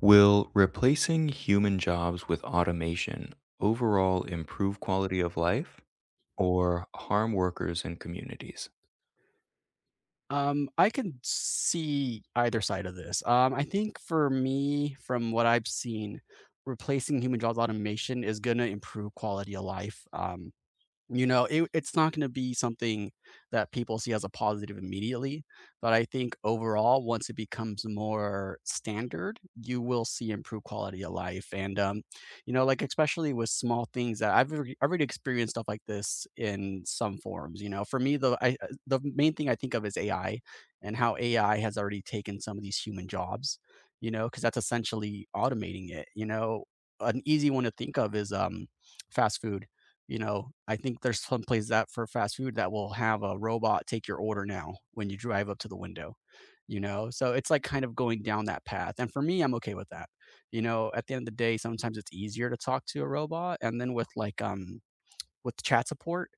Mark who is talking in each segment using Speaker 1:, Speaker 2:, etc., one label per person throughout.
Speaker 1: Will replacing human jobs with automation overall improve quality of life or harm workers and communities?
Speaker 2: I can see either side of this. I think for me, from what I've seen, replacing human jobs automation is gonna improve quality of life. You know, it's not gonna be something that people see as a positive immediately, but I think overall, once it becomes more standard, you will see improved quality of life, and, you know, like, especially with small things that I've already experienced stuff like this in some forms, you know? For me, the main thing I think of is AI and how AI has already taken some of these human jobs, you know, because that's essentially automating it, you know? An easy one to think of is, fast food, you know, I think there's some places that for fast food that will have a robot take your order now when you drive up to the window, you know? So it's like kind of going down that path. And for me, I'm okay with that. You know, at the end of the day, sometimes it's easier to talk to a robot. And then with like with chat support,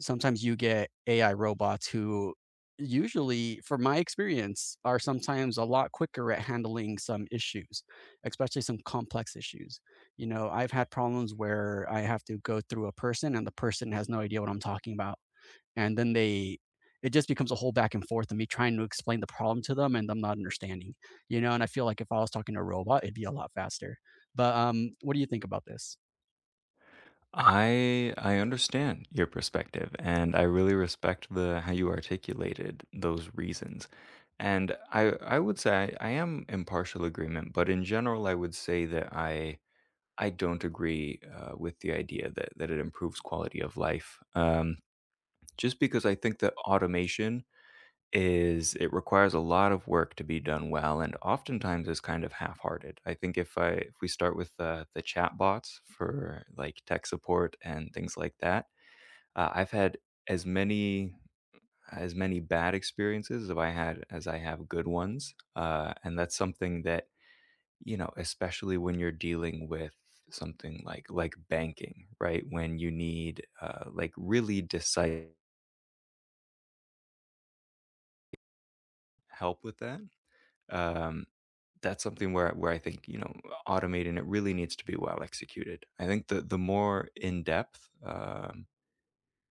Speaker 2: sometimes you get AI robots who usually, from my experience, are sometimes a lot quicker at handling some issues, especially some complex issues. You know, I've had problems where I have to go through a person and the person has no idea what I'm talking about. And then they, it just becomes a whole back and forth of me trying to explain the problem to them and them not understanding, you know. And I feel like if I was talking to a robot, it'd be a lot faster. But what do you think about this?
Speaker 1: I understand your perspective and I really respect the how you articulated those reasons. And I would say I am in partial agreement, but in general I would say that I don't agree with the idea that it improves quality of life. Just because I think that automation Is it requires a lot of work to be done well and oftentimes is kind of half-hearted. I think if I if we start with, the chat bots for, like, tech support and things like that, I've had as many as many bad experiences as I had as I have good ones, and that's something that, you know, especially when you're dealing with something like banking, right? When you need, like, really decisive help with that. Um, that's something where I think, you know, automating it really needs to be well executed. I think the more in depth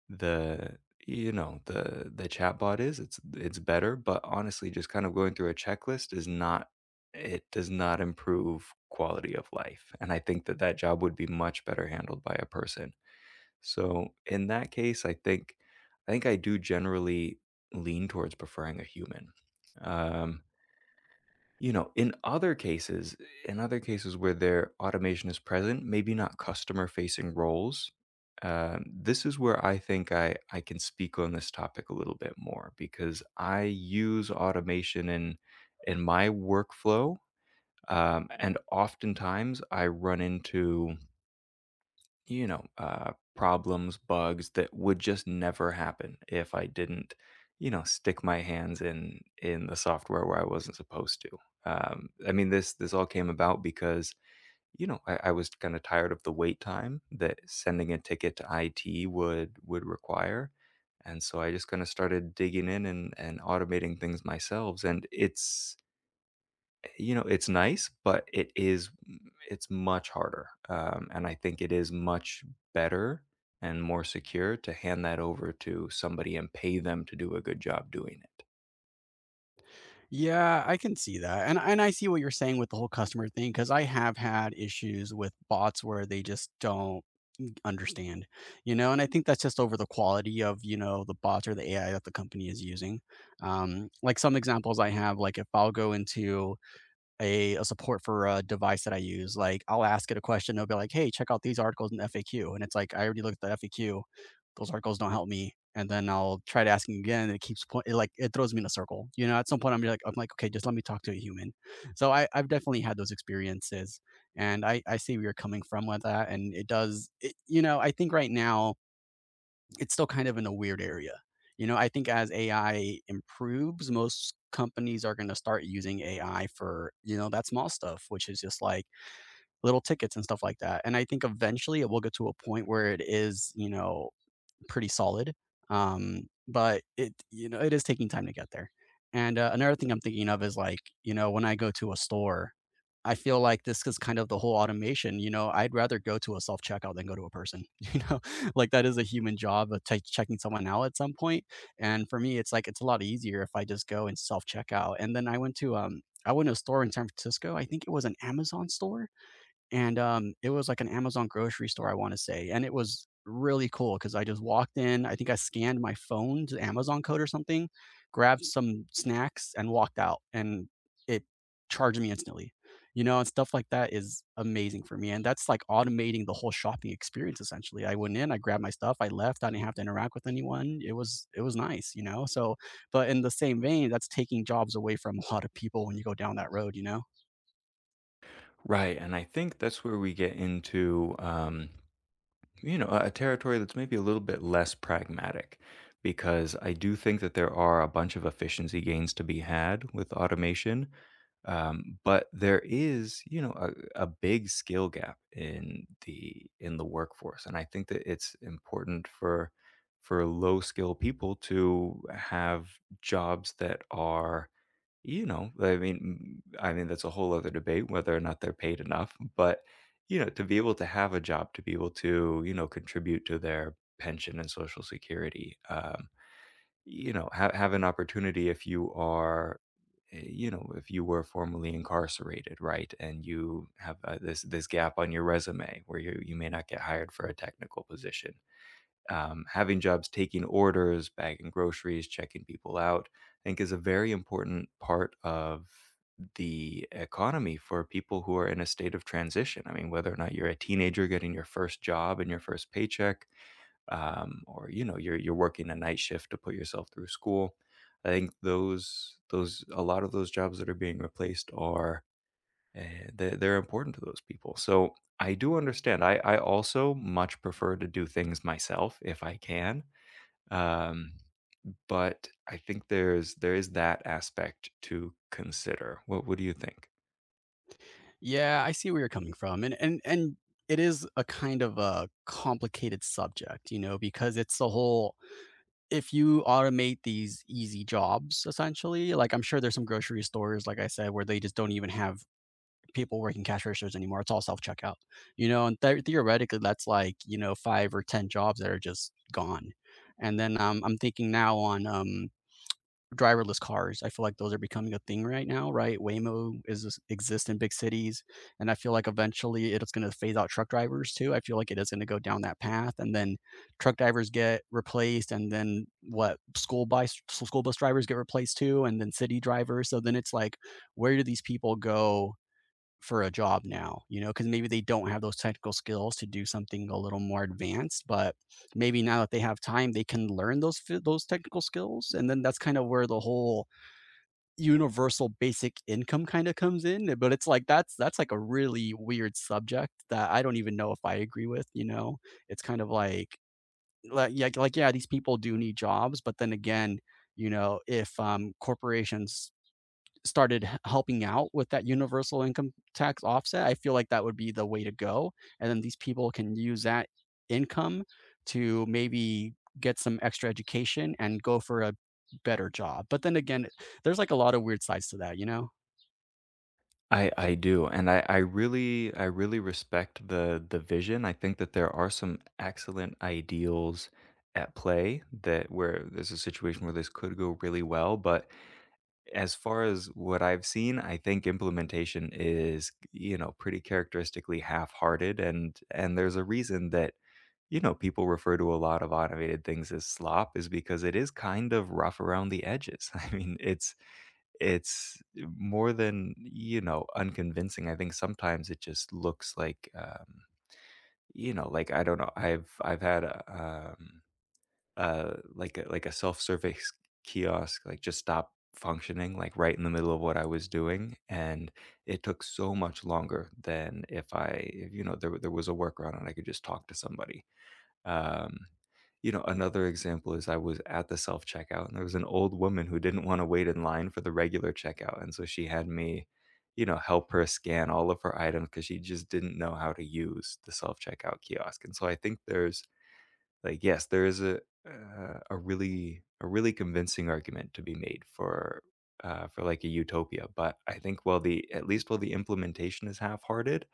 Speaker 1: the you know the chatbot is, it's better. But honestly, just kind of going through a checklist is not it does not improve quality of life. And I think that that job would be much better handled by a person. So in that case, I think I do generally lean towards preferring a human. Um, you know, in other cases where their automation is present, maybe not customer-facing roles, this is where I think I can speak on this topic a little bit more because I use automation in my workflow, and oftentimes I run into problems, bugs that would just never happen if I didn't, you know, stick my hands in the software where I wasn't supposed to. I mean, this all came about because I was kind of tired of the wait time that sending a ticket to IT would require, and so I just kind of started digging in and automating things myself. And it's you know, it's nice, but it's much harder, and I think it is much better and more secure to hand that over to somebody and pay them to do a good job doing it.
Speaker 2: Yeah, I can see that. And I see what you're saying with the whole customer thing, because I have had issues with bots where they just don't understand, you know? And I think that's just over the quality of, you know, the bots or the AI that the company is using. Like some examples I have, like if I'll go into a support for a device that I use. Like I'll ask it a question, they'll be like, "Hey, check out these articles in the FAQ," and it's like I already looked at the FAQ. Those articles don't help me, and then I'll try to asking again, and it keeps point. It, like it throws me in a circle. You know, at some point I'm like, okay, just let me talk to a human. So I've definitely had those experiences, and I see where you're coming from with that, and it does. It, you know, I think right now it's still kind of in a weird area. You know, I think as AI improves, most companies are going to start using AI for, you know, that small stuff, which is just like little tickets and stuff like that. And I think eventually it will get to a point where it is, you know, pretty solid. Um, but it, you know, it is taking time to get there. And another thing I'm thinking of is like, you know, when I go to a store, I feel like this is kind of the whole automation. You know, I'd rather go to a self checkout than go to a person. You know, like that is a human job of checking someone out at some point. And for me, it's like it's a lot easier if I just go and self checkout. And then I went to a store in San Francisco. I think it was an Amazon store, and, it was like an Amazon grocery store, I wanna say, and it was really cool because I just walked in, I think I scanned my phone to the Amazon code or something, grabbed some snacks, and walked out, and it charged me instantly, you know, and stuff like that is amazing for me, and that's like automating the whole shopping experience essentially. I went in, I grabbed my stuff, I left, I didn't have to interact with anyone. It was nice, you know, so but in the same vein, that's taking jobs away from a lot of people when you go down that road, you know?
Speaker 1: Right, and I think that's where we get into, you know, a territory that's maybe a little bit less pragmatic because I do think that there are a bunch of efficiency gains to be had with automation. But there is, you know, a big skill gap in the workforce, and I think that it's important for low skill people to have jobs that are you know, I mean, that's a whole other debate whether or not they're paid enough, but, you know, to be able to have a job, to be able to, you know, contribute to their pension and Social Security, you know, ha have an opportunity if you are, you know, if you were formerly incarcerated, right, and you have, this this gap on your resume where you may not get hired for a technical position having jobs taking orders, bagging groceries, checking people out, I think is a very important part of the economy for people who are in a state of transition. I mean, whether or not you're a teenager getting your first job and your first paycheck, or you know, you're working a night shift to put yourself through school. I think those a lot of those jobs that are being replaced are they're important to those people. So I do understand. I also much prefer to do things myself if I can. Um, but I think there's there is that aspect to consider. What do you think?
Speaker 2: Yeah, I see where you're coming from. And it is a kind of a complicated subject, you know, because it's the whole if you automate these easy jobs essentially, like I'm sure there's some grocery stores, like I said, where they just don't even have people working cash registers anymore. It's all self checkout, you know, and theoretically, that's like, you know, five or 10 jobs that are just gone. And then I'm thinking now on driverless cars. I feel like those are becoming a thing right now, right? Waymo is just- exists in big cities. And I feel like eventually it's going to phase out truck drivers too. I feel like it is going to go down that path. And then truck drivers get replaced. And then what school bus drivers get replaced too. And then city drivers. So then it's like, where do these people go for a job now, you know, because maybe they don't have those technical skills to do something a little more advanced, but maybe now that they have time, they can learn those technical skills, and then that's kind of where the whole universal basic income kinda comes in, eh, but it's like that's like a really weird subject that I don't even know if I agree with, you know? It's kind of like yeah, these people do need jobs, but then again, you know, if, corporations started helping out with that universal income tax offset, I feel like that would be the way to go. And then these people can use that income to maybe get some extra education and go for a better job. But then again, there's like a lot of weird sides to that, you know?
Speaker 1: I do, and I really respect the vision. I think that there are some excellent ideals at play that where there's a situation where this could go really well, but as far as what I've seen, I think implementation is, you know, pretty characteristically half-hearted, and there's a reason that, you know, people refer to a lot of automated things as slop is because it is kind of rough around the edges. I mean, it's more than, you know, unconvincing. I think sometimes it just looks like, you know, like, I don't know, I've had, like a self-service kiosk, like, just stopped functioning, like, right in the middle of what I was doing, and it took so much longer than if, you know, there was a workaround and I could just talk to somebody. Um, you know, another example is I was at the self-checkout, and there was an old woman who didn't wanna wait in line for the regular checkout, and so she had me, you know, help her scan all of her items because she just didn't know how to use the self-checkout kiosk, and so I think there's like, yes, there is a really convincing argument to be made for like a utopia, but I think while the at least while the implementation is half-hearted,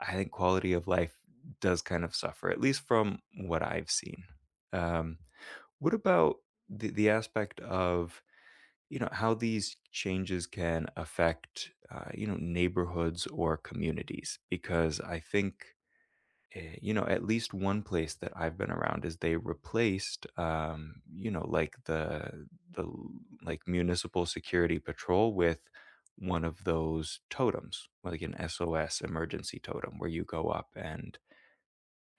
Speaker 1: I think quality of life does kind of suffer, at least from what I've seen. Um, what about the aspect of you know how these changes can affect you know neighborhoods or communities? Because I think you know, at least one place that I've been around is they replaced, you know, like the like municipal security patrol with one of those totems, like an SOS emergency totem, where you go up and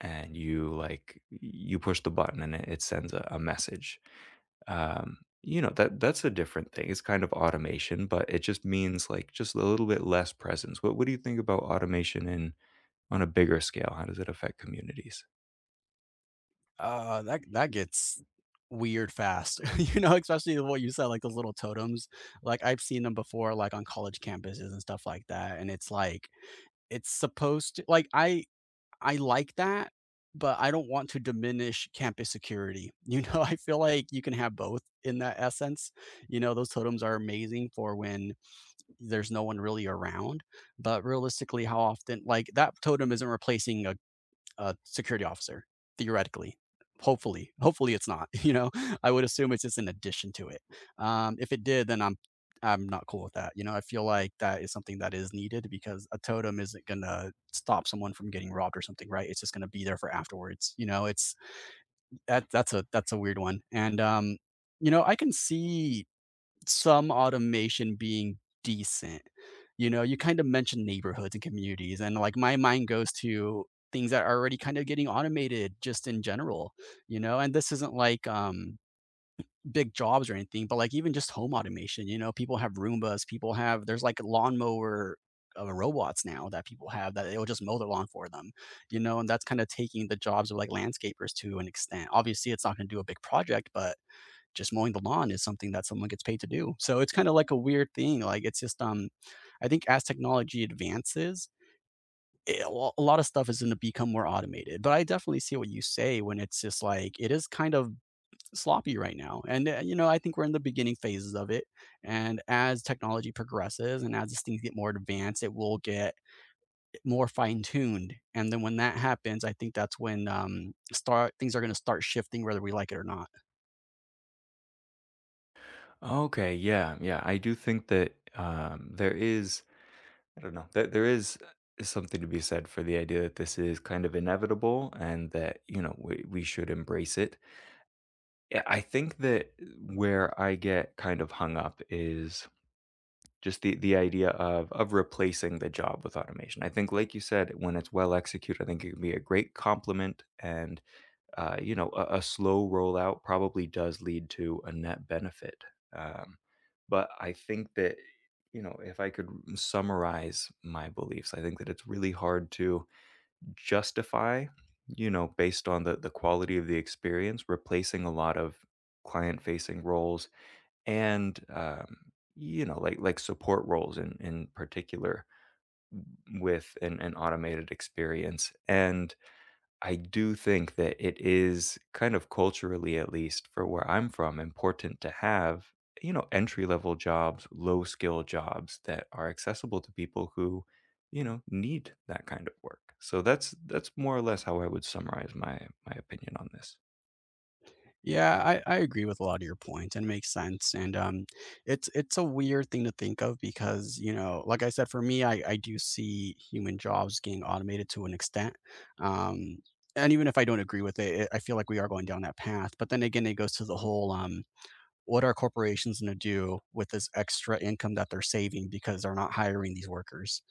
Speaker 1: you push the button and it sends a message. You know that that's a different thing. It's kind of automation, but it just means like just a little bit less presence. What do you think about automation in on a bigger scale? How does it affect communities?
Speaker 2: That that gets weird fast. You know, especially what you said, like those little totems. Like I've seen them before, like on college campuses and stuff like that. And it's like it's supposed to like I like that, but I don't want to diminish campus security. You know, I feel like you can have both in that essence. You know, those totems are amazing for when there's no one really around, but realistically, how often like that totem isn't replacing a security officer theoretically, hopefully it's not. You know, I would assume it's just an addition to it. If it did, then I'm not cool with that, you know. I feel like that is something that is needed because a totem isn't gonna stop someone from getting robbed or something, right? It's just gonna be there for afterwards, you know. It's that's a weird one. And you know, I can see some automation being decent. You know, you kind of mentioned neighborhoods and communities, and like my mind goes to things that are already kind of getting automated just in general, you know, and this isn't like big jobs or anything, but like even just home automation, you know, people have Roombas, people have, there's like lawnmower robots now that people have that it will just mow their lawn for them, you know, and that's kind of taking the jobs of like landscapers to an extent. Obviously, it's not going to do a big project, but just mowing the lawn is something that someone gets paid to do. So it's kind of like a weird thing. Like it's just I think as technology advances, a lot of stuff is going to become more automated. But I definitely see what you say when it's just like it is kind of sloppy right now. And you know, I think we're in the beginning phases of it. And as technology progresses and as these things get more advanced, it will get more fine tuned. And then when that happens, I think that's when start things are going to start shifting whether we like it or not.
Speaker 1: Okay, yeah, yeah. I do think that I don't know, there is something to be said for the idea that this is kind of inevitable and that, you know, we should embrace it. Yeah, I think that where I get kind of hung up is just the idea of replacing the job with automation. I think, like you said, when it's well executed, I think it can be a great complement and you know, a slow rollout probably does lead to a net benefit. Um, but I think that, you know, if I could summarize my beliefs, I think that it's really hard to justify, you know, based on the quality of the experience, replacing a lot of client facing roles and, you know, like support roles in particular with an automated experience. And I do think that it is kind of culturally, at least for where I'm from, important to have, you know, entry level jobs, low skill jobs that are accessible to people who, you know, need that kind of work. So that's more or less how I would summarize my my opinion on this.
Speaker 2: Yeah, I agree with a lot of your points and it makes sense. And it's a weird thing to think of because, you know, like I said, for me, I do see human jobs getting automated to an extent. Um and even if I don't agree with it, I feel like we are going down that path. But then again, it goes to the whole what are corporations going to do with this extra income that they're saving because they're not hiring these workers?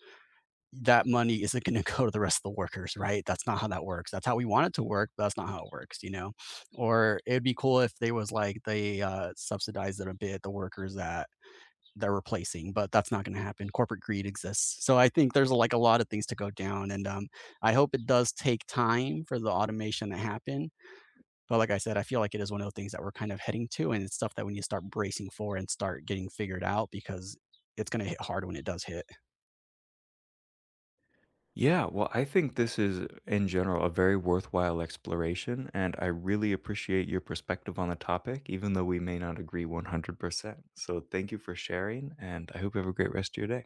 Speaker 2: That money isn't going to go to the rest of the workers, right? That's not how that works. That's how we want it to work, but that's not how it works, you know? Or it'd be cool if they was like they subsidized it a bit, the workers that they're replacing, but that's not going to happen. Corporate greed exists. So I think there's like a lot of things to go down. And I hope it does take time for the automation to happen. But like I said, I feel like it is one of the things that we're kind of heading to. And it's stuff that we need to start bracing for and start getting figured out because it's going to hit hard when it does hit.
Speaker 1: Yeah, well, I think this is in general a very worthwhile exploration, and I really appreciate your perspective on the topic, even though we may not agree 100%. So thank you for sharing, and I hope you have a great rest of your day.